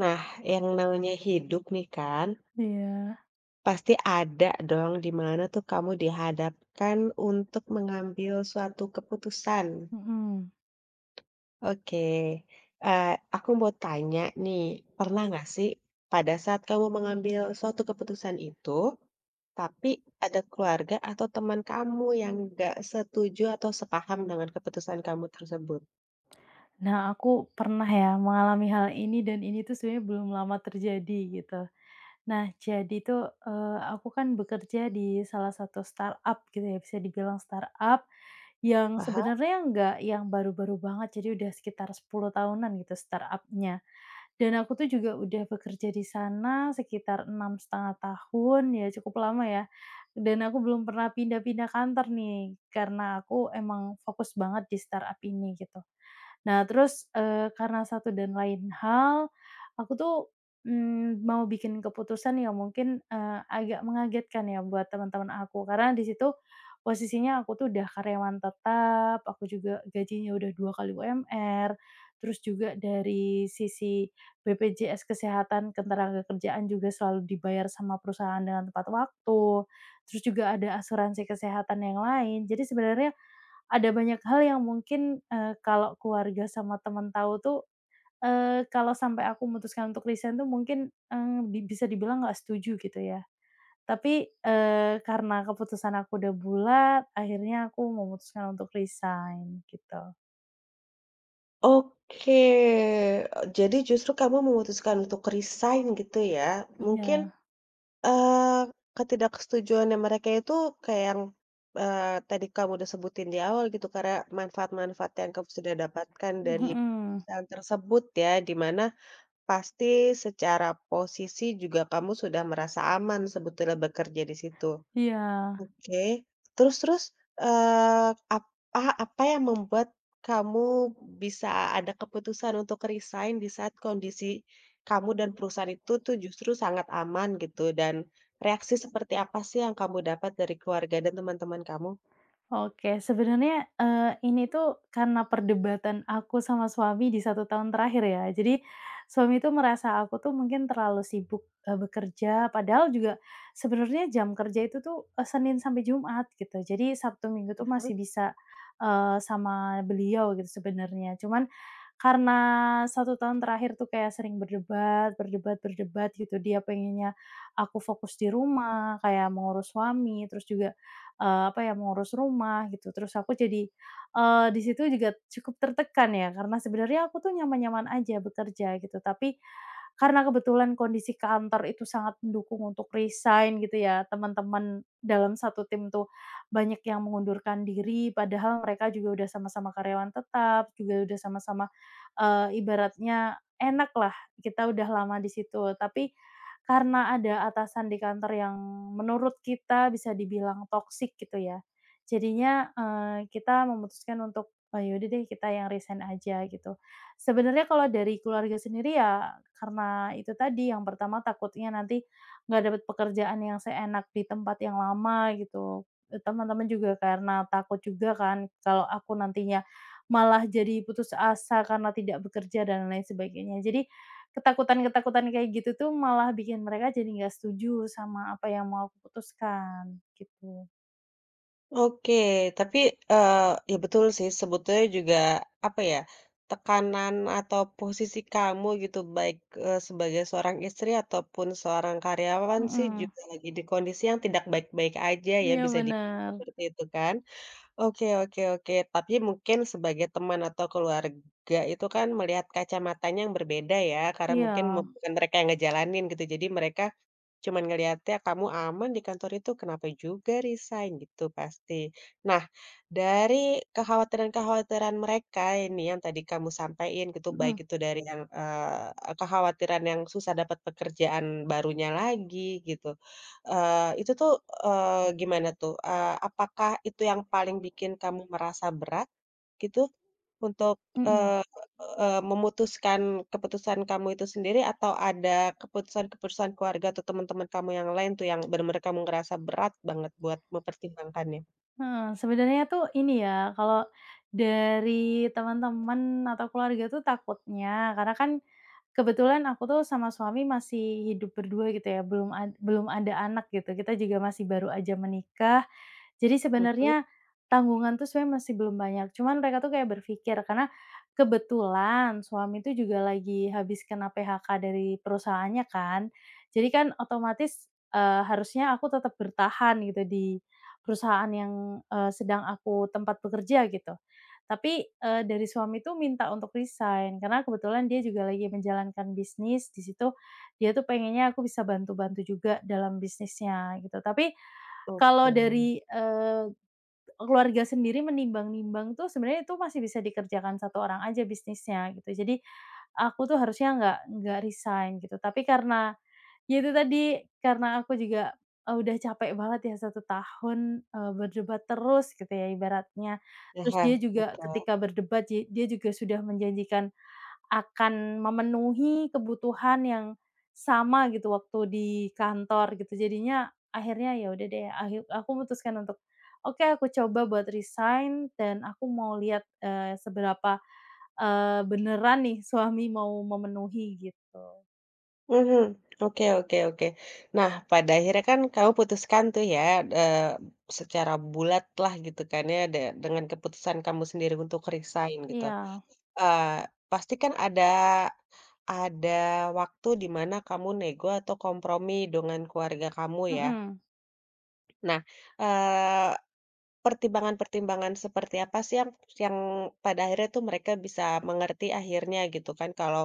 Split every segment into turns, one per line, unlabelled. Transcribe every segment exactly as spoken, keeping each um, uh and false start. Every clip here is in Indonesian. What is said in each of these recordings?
Nah, yang namanya hidup nih kan,
Iya,
pasti ada dong di mana tuh kamu dihadapkan untuk mengambil suatu keputusan.
mhm.
Oke, eh, aku mau tanya nih, pernah nggak sih pada saat kamu mengambil suatu keputusan itu, tapi ada keluarga atau teman kamu yang nggak setuju atau sepaham dengan keputusan kamu tersebut?
Nah, aku pernah ya mengalami hal ini dan ini tuh sebenarnya belum lama terjadi gitu. Nah, jadi tuh, eee, aku kan bekerja di salah satu startup gitu ya, bisa dibilang startup yang
Paham?
sebenarnya nggak yang baru-baru banget, jadi udah sekitar sepuluh tahunan gitu startup-nya. Dan aku tuh juga udah bekerja di sana sekitar enam setengah tahun, ya cukup lama ya. Dan aku belum pernah pindah-pindah kantor nih, karena aku emang fokus banget di startup ini gitu. Nah terus, eee, karena satu dan lain hal, aku tuh, mmm, mau bikin keputusan yang mungkin, eee, agak mengagetkan ya buat teman-teman aku. Karena di situ posisinya aku tuh udah karyawan tetap, aku juga gajinya udah dua kali U M R, terus juga dari sisi B P J S kesehatan ketenagakerjaan juga selalu dibayar sama perusahaan dengan tepat waktu, terus juga ada asuransi kesehatan yang lain. Jadi sebenarnya ada banyak hal yang mungkin, eee, kalau keluarga sama teman tahu tuh, eee, kalau sampai aku memutuskan untuk resign tuh mungkin, eee, di bisa dibilang nggak setuju gitu ya. Tapi, eee, karena keputusan aku udah bulat, akhirnya aku memutuskan untuk resign gitu.
Oke, jadi justru kamu memutuskan untuk resign gitu ya? Mungkin
Iya,
Eee, ketidaksetujuannya mereka itu kayak yang, eee, tadi kamu udah sebutin di awal gitu, karena manfaat-manfaat yang kamu sudah dapatkan dari
mhm,
perusahaan tersebut ya, di mana pasti secara posisi juga kamu sudah merasa aman sebetulnya bekerja di situ.
iya.
Oke, terus terus, eee, apa apa yang membuat kamu bisa ada keputusan untuk resign di saat kondisi kamu dan perusahaan itu tuh justru sangat aman gitu, dan reaksi seperti apa sih yang kamu dapat dari keluarga dan teman-teman kamu?
Oke, sebenarnya, eee, ini tuh karena perdebatan aku sama suami di satu tahun terakhir ya. Jadi suami tuh merasa aku tuh mungkin terlalu sibuk, eee, bekerja, padahal juga sebenarnya jam kerja itu tuh, eee, Senin sampai Jumat gitu. Jadi Sabtu Minggu tuh
Mhm.
masih bisa, eee, sama beliau gitu sebenarnya. Cuman karena satu tahun terakhir tuh kayak sering berdebat berdebat berdebat gitu, dia pengennya aku fokus di rumah, kayak mengurus suami, terus juga eee, apa ya, mengurus rumah gitu. Terus aku jadi, eee, di situ juga cukup tertekan ya, karena sebenarnya aku tuh nyaman-nyaman aja bekerja gitu, tapi karena kebetulan kondisi kantor itu sangat mendukung untuk resign gitu ya, teman-teman dalam satu tim tuh banyak yang mengundurkan diri, padahal mereka juga udah sama-sama karyawan tetap, juga udah sama-sama, eee, ibaratnya enak lah kita udah lama di situ. Tapi karena ada atasan di kantor yang menurut kita bisa dibilang toksik gitu ya. Jadinya, eee, kita memutuskan untuk, "Oh yaudah deh kita yang resign aja," gitu. Sebenarnya kalau dari keluarga sendiri ya karena itu tadi, yang pertama takutnya nanti nggak dapat pekerjaan yang seenak di tempat yang lama gitu. Eee, teman-teman juga karena takut juga kan kalau aku nantinya malah jadi putus asa karena tidak bekerja dan lain sebagainya. Jadi Ketakutan-ketakutan kayak gitu tuh malah bikin mereka jadi nggak setuju sama apa yang mau aku putuskan, gitu.
Oke, tapi, eee, ya betul sih sebetulnya juga, apa ya, tekanan atau posisi kamu gitu baik, eee, sebagai seorang istri ataupun seorang karyawan sih
Mhm.
juga lagi di kondisi yang tidak baik-baik aja ya
Iya
bisa dibilang
bener.
seperti itu kan? Oke, oke, oke, tapi mungkin sebagai teman atau keluarga itu kan melihat kacamatanya yang berbeda ya, karena
Iya,
mungkin me bukan mereka yang ngejalanin gitu, jadi mereka cuman ngelihatnya kamu aman di kantor itu, kenapa juga resign gitu pasti. Nah, dari kekhawatiran-kekhawatiran mereka ini yang tadi kamu sampaikan gitu, baik
mhm
itu dari yang, eee, kekhawatiran yang susah dapat pekerjaan barunya lagi gitu. Eee, itu tuh, eee, gimana tuh? Eee, apakah itu yang paling bikin kamu merasa berat gitu untuk
mhm,
eee eee, memutuskan keputusan kamu itu sendiri atau ada keputusan-keputusan keluarga atau teman-teman kamu yang lain tuh yang bener-bener kamu ngerasa berat banget buat mempertimbangkannya?
heeh, sebenarnya tuh ini ya, kalau dari teman-teman atau keluarga tuh takutnya karena kan kebetulan aku tuh sama suami masih hidup berdua gitu ya, belum ad belum ada anak gitu, kita juga masih baru aja menikah Jadi
Mhm,
sebenarnya tanggungan tuh sebenarnya masih belum banyak, cuman mereka tuh kayak berpikir karena kebetulan suami itu juga lagi habis kena P H K dari perusahaannya kan. Jadi kan otomatis, eee, harusnya aku tetap bertahan gitu di perusahaan yang, eee, sedang aku tempat bekerja gitu. Tapi, eee, dari suami itu minta untuk resign karena kebetulan dia juga lagi menjalankan bisnis di situ, dia tuh pengennya aku bisa bantu-bantu juga dalam bisnisnya gitu. Tapi
oke.
kalau dari, eee, keluarga sendiri menimbang-nimbang tuh sebenarnya itu masih bisa dikerjakan satu orang aja bisnisnya gitu. Jadi, aku tuh harusnya nggak nggak resign gitu, tapi karena ya itu tadi, karena aku juga, eee, udah capek banget ya satu tahun, eee, berdebat terus gitu ya ibaratnya. Terus
Aha,
dia juga
betul.
ketika berdebat, je dia juga sudah menjanjikan akan memenuhi kebutuhan yang sama gitu waktu di kantor gitu. Jadinya akhirnya ya udah deh, akhir aku memutuskan untuk, "Oke, aku coba buat resign dan aku mau lihat, eee, seberapa, eee, beneran nih suami mau memenuhi," gitu.
Mhm. Oke, oke, oke. Nah, pada akhirnya kan kamu putuskan tuh ya, eee, secara bulat lah gitu kan ya, de dengan keputusan kamu sendiri untuk resign gitu.
Iya,
Eee, pasti kan ada ada waktu di mana kamu nego atau kompromi dengan keluarga kamu ya.
mhm.
Nah, pertimbangan-pertimbangan seperti apa sih yang yang pada akhirnya tuh mereka bisa mengerti akhirnya gitu kan kalau,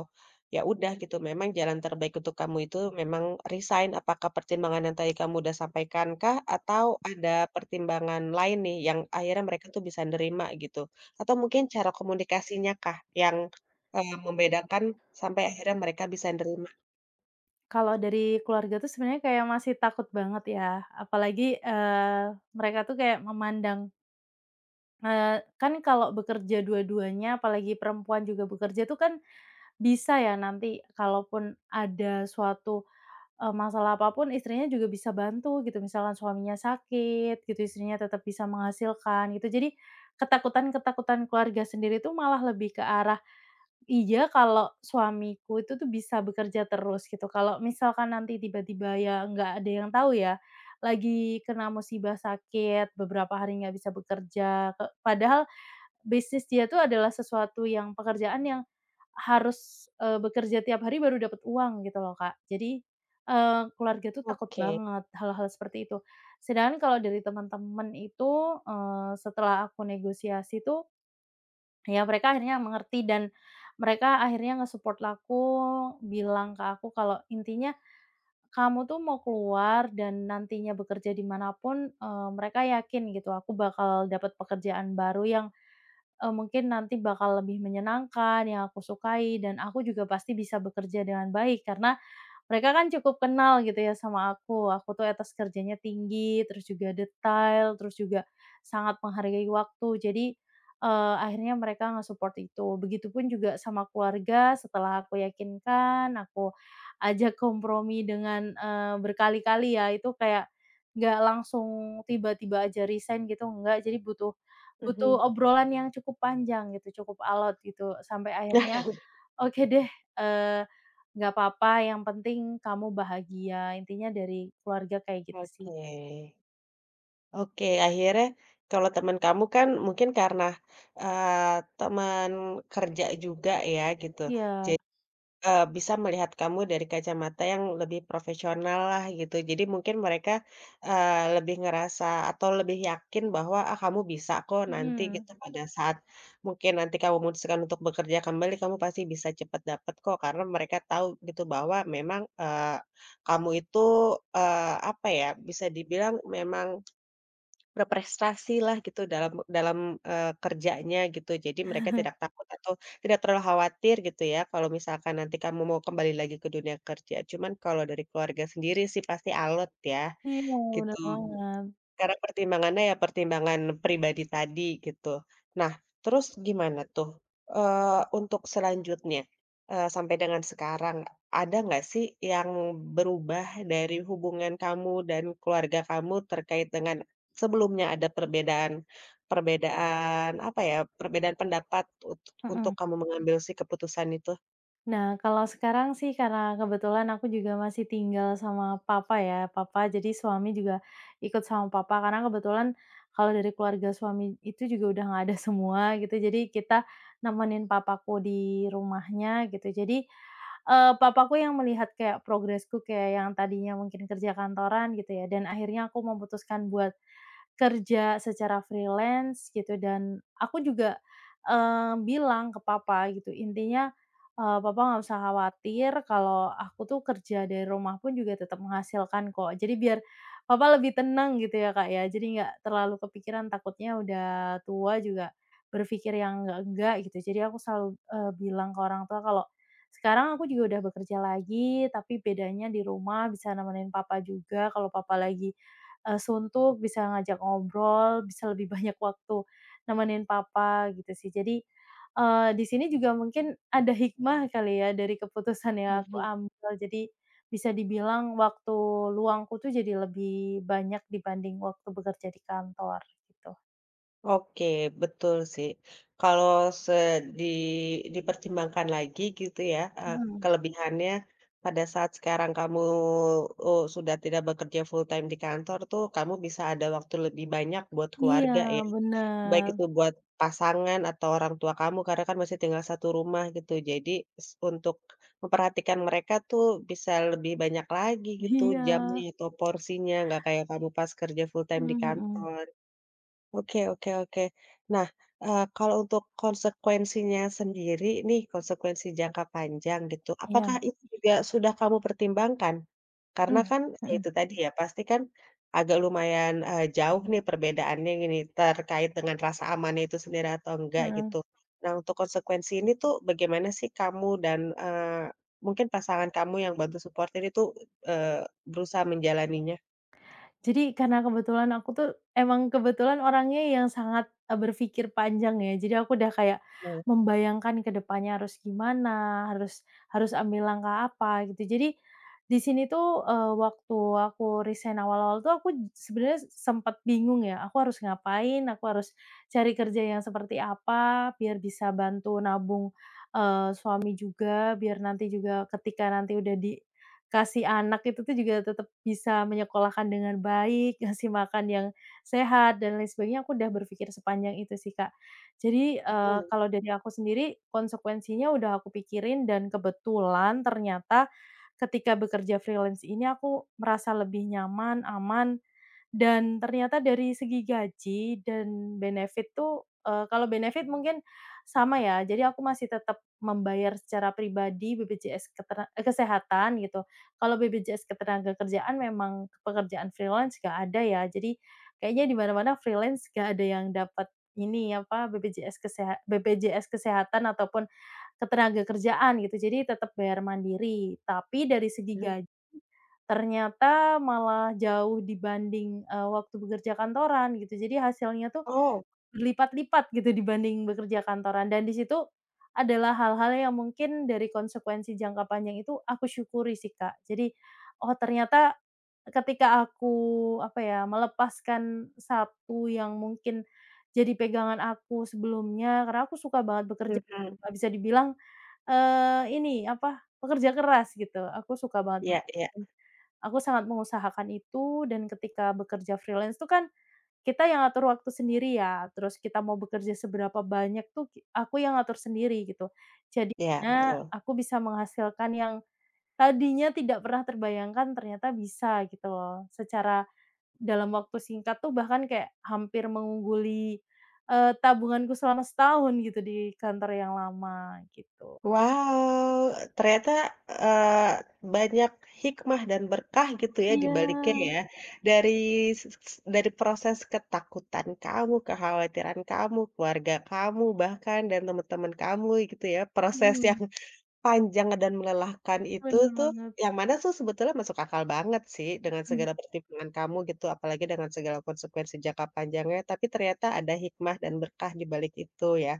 ya udah gitu memang jalan terbaik untuk kamu itu memang resign. Apakah pertimbangan yang tadi kamu udah sampaikan kah? Atau ada pertimbangan lain nih yang akhirnya mereka tuh bisa nerima gitu? Atau mungkin cara komunikasinya kah yang, eee, membedakan sampai akhirnya mereka bisa nerima?
Kalau dari keluarga tuh sebenarnya kayak masih takut banget ya, apalagi, eee, mereka tuh kayak memandang, eee, kan kalau bekerja dua-duanya apalagi perempuan juga bekerja tuh kan Bisa ya nanti kalaupun ada suatu, eee, masalah apapun istrinya juga bisa bantu gitu, misalkan suaminya sakit gitu, istrinya tetap bisa menghasilkan gitu. Jadi ketakutan-ketakutan keluarga sendiri itu malah lebih ke arah, "Iya kalau suamiku itu tuh bisa bekerja terus," gitu. Kalau misalkan nanti tiba-tiba ya nggak ada yang tahu ya, lagi kena musibah sakit, beberapa hari nggak bisa bekerja, ke padahal bisnis dia tuh adalah sesuatu yang pekerjaan yang harus, eee, bekerja tiap hari baru dapat uang gitu loh, Kak. Jadi, eee, keluarga tuh takut
Oke.
banget hal-hal seperti itu. Sedangkan kalau dari teman-teman itu, eee, setelah aku negosiasi tuh, ya mereka akhirnya mengerti dan mereka akhirnya nge-support aku, bilang ke aku kalau intinya, "Kamu tuh mau keluar dan nantinya bekerja dimanapun mana mereka yakin gitu, aku bakal dapat pekerjaan baru yang Eee, mungkin nanti bakal lebih menyenangkan, yang aku sukai, dan aku juga pasti bisa bekerja dengan baik karena, mereka kan cukup kenal gitu ya sama aku, aku tuh etos kerjanya tinggi, terus juga detail, terus juga sangat menghargai waktu. Jadi, eee, akhirnya mereka nge-support itu. Begitupun juga sama keluarga, setelah aku yakinkan, aku ajak kompromi dengan, eee, berkali-kali ya, itu kayak nggak langsung tiba-tiba aja resign gitu, enggak. Jadi butuh
Mhm.
butuh obrolan yang cukup panjang gitu, cukup alot gitu, sampai akhirnya Oke deh, eee, nggak apa-apa yang penting kamu bahagia, intinya dari keluarga kayak gitu sih.
Oke. Oke, akhirnya kalau teman kamu kan mungkin karena, eee, teman kerja juga ya gitu,
Iya,
jadi, eee, bisa melihat kamu dari kacamata yang lebih profesional lah gitu. Jadi mungkin mereka, eee, lebih ngerasa atau lebih yakin bahwa, "Ah, kamu bisa kok nanti,"
mhm.
gitu, "pada saat mungkin nanti kamu memutuskan untuk bekerja kembali, kamu pasti bisa cepat dapat kok." Karena mereka tahu gitu bahwa memang, eee, kamu itu, eee, apa ya, bisa dibilang memang berprestasi lah gitu dalam dalam, eee, kerjanya gitu. Jadi mereka tidak takut atau tidak terlalu khawatir gitu ya kalau misalkan nanti kamu mau kembali lagi ke dunia kerja. Cuman kalau dari keluarga sendiri sih pasti alot ya,
Iya,
gitu.
bener banget,
Karena pertimbangannya ya pertimbangan pribadi tadi gitu. Nah, terus gimana tuh, eee, untuk selanjutnya, eee, sampai dengan sekarang, ada nggak sih yang berubah dari hubungan kamu dan keluarga kamu terkait dengan sebelumnya ada perbedaan perbedaan apa ya, perbedaan pendapat ut untuk
mhm.
kamu mengambil si keputusan itu?
Nah, kalau sekarang sih karena kebetulan aku juga masih tinggal sama papa ya, papa jadi suami juga ikut sama papa, karena kebetulan kalau dari keluarga suami itu juga udah nggak ada semua gitu, jadi kita nemenin papaku di rumahnya gitu. Jadi, eee, papaku yang melihat kayak progresku, kayak yang tadinya mungkin kerja kantoran gitu ya, dan akhirnya aku memutuskan buat kerja secara freelance gitu dan aku juga, eee, bilang ke papa gitu intinya, eee, "Papa nggak usah khawatir kalau aku tuh kerja dari rumah pun juga tetap menghasilkan kok." Jadi biar papa lebih tenang gitu ya, Kak, ya, jadi nggak terlalu kepikiran takutnya udah tua juga berpikir yang enggak-enggak gitu. Jadi aku selalu, eee, bilang ke orang tua kalau, "Sekarang aku juga udah bekerja lagi tapi bedanya di rumah bisa nemenin papa juga kalau papa lagi Eee, suntuk, bisa ngajak ngobrol, bisa lebih banyak waktu nemenin papa gitu sih. Jadi, eee, di sini juga mungkin ada hikmah kali ya dari keputusan yang aku ambil. Jadi bisa dibilang waktu luangku tuh jadi lebih banyak dibanding waktu bekerja di kantor gitu.
Oke, betul sih. Kalau se di dipertimbangkan lagi gitu ya, eee,
Mhm.
kelebihannya pada saat sekarang kamu, eee, sudah tidak bekerja full time di kantor tuh kamu bisa ada waktu lebih banyak buat
Iya
keluarga ya, baik
benar
itu buat pasangan atau orang tua kamu karena kan masih tinggal satu rumah gitu. Jadi s untuk memperhatikan mereka tuh bisa lebih banyak lagi gitu
iya.
jamnya atau porsinya, nggak kayak kamu pas kerja full time
Mhm
di
mhm.
kantor. Oke, oke, oke. Nah, eee, kalau untuk konsekuensinya sendiri nih, konsekuensi jangka panjang gitu, apakah
Iya,
itu juga sudah kamu pertimbangkan? Karena
mmm,
kan ya
mhm,
itu tadi ya, pasti kan agak lumayan, eee, jauh nih perbedaannya ini terkait dengan rasa aman itu sendiri atau enggak
Heeh.
gitu. Nah, untuk konsekuensi ini tuh bagaimana sih kamu dan, eee, mungkin pasangan kamu yang bantu support ini tuh, eee, berusaha menjalaninya?
Jadi karena kebetulan aku tuh emang kebetulan orangnya yang sangat, eee, berpikir panjang ya, jadi aku udah kayak
Nah,
membayangkan ke depannya harus gimana, harus harus ambil langkah apa gitu. Jadi di sini tuh, eee, waktu aku resign awal-awal tuh aku j- sebenarnya sempat bingung ya, aku harus ngapain, aku harus cari kerja yang seperti apa biar bisa bantu nabung, eee, suami juga, biar nanti juga ketika nanti udah di kasih anak itu tuh juga tetap bisa menyekolahkan dengan baik, ngasih makan yang sehat dan lain sebagainya, aku udah berpikir sepanjang itu sih, Kak. Jadi, eee,
mhm,
kalau dari aku sendiri konsekuensinya udah aku pikirin dan kebetulan ternyata ketika bekerja freelance ini aku merasa lebih nyaman, aman dan ternyata dari segi gaji dan benefit tuh, eee, kalau benefit mungkin sama ya, jadi aku masih tetap membayar secara pribadi B P J S ketera eee, kesehatan gitu. Kalau B P J S ketenagakerjaan memang pekerjaan freelance nggak ada ya, jadi kayaknya di mana-mana freelance nggak ada yang dapat ini, apa, B P J S keseha B P J S kesehatan ataupun ketenagakerjaan gitu, jadi tetap bayar mandiri. Tapi dari segi
mhm.
gaji Ternyata malah jauh dibanding, eee, waktu bekerja kantoran gitu. Jadi hasilnya tuh
Oh,
berlipat-lipat gitu dibanding bekerja kantoran dan di situ adalah hal-hal yang mungkin dari konsekuensi jangka panjang itu aku syukuri sih, Kak. Jadi, oh ternyata ketika aku, apa ya, melepaskan satu yang mungkin jadi pegangan aku sebelumnya, karena aku suka banget bekerja,
mhm,
Kak, bisa dibilang, eee, ini, apa, pekerja keras gitu. Aku suka banget
ya.
bekerja.
Iya.
Aku sangat mengusahakan itu dan ketika bekerja freelance tuh kan kita yang ngatur waktu sendiri ya, terus kita mau bekerja seberapa banyak tuh ki aku yang ngatur sendiri gitu.
Iya,
Jadinya
betul.
aku bisa menghasilkan yang tadinya tidak pernah terbayangkan ternyata bisa gitu loh, secara dalam waktu singkat tuh bahkan kayak hampir mengungguli, eee, tabunganku selama setahun gitu di kantor yang lama gitu.
Wow, ternyata, eee, banyak hikmah dan berkah gitu ya di
Iya,
baliknya ya, dari s s dari proses ketakutan kamu, kekhawatiran kamu, keluarga kamu bahkan dan teman-teman kamu gitu ya, proses
mhm,
yang panjang dan melelahkan itu
bener
tuh,
banget,
yang mana tuh sebetulnya masuk akal banget sih dengan segala pertimbangan kamu gitu, apalagi dengan segala konsekuensi jangka panjangnya, tapi ternyata ada hikmah dan berkah di balik itu ya.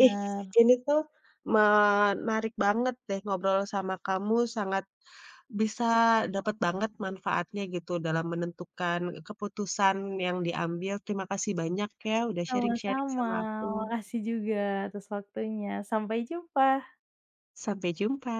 Ih, ini tuh menarik banget deh ngobrol sama kamu, sangat bisa dapat banget manfaatnya gitu dalam menentukan keputusan yang diambil. Terima kasih banyak ya udah sharing-sharing
Sama-sama,
sama aku.
makasih juga atas waktunya. Sampai jumpa.
Sampai jumpa.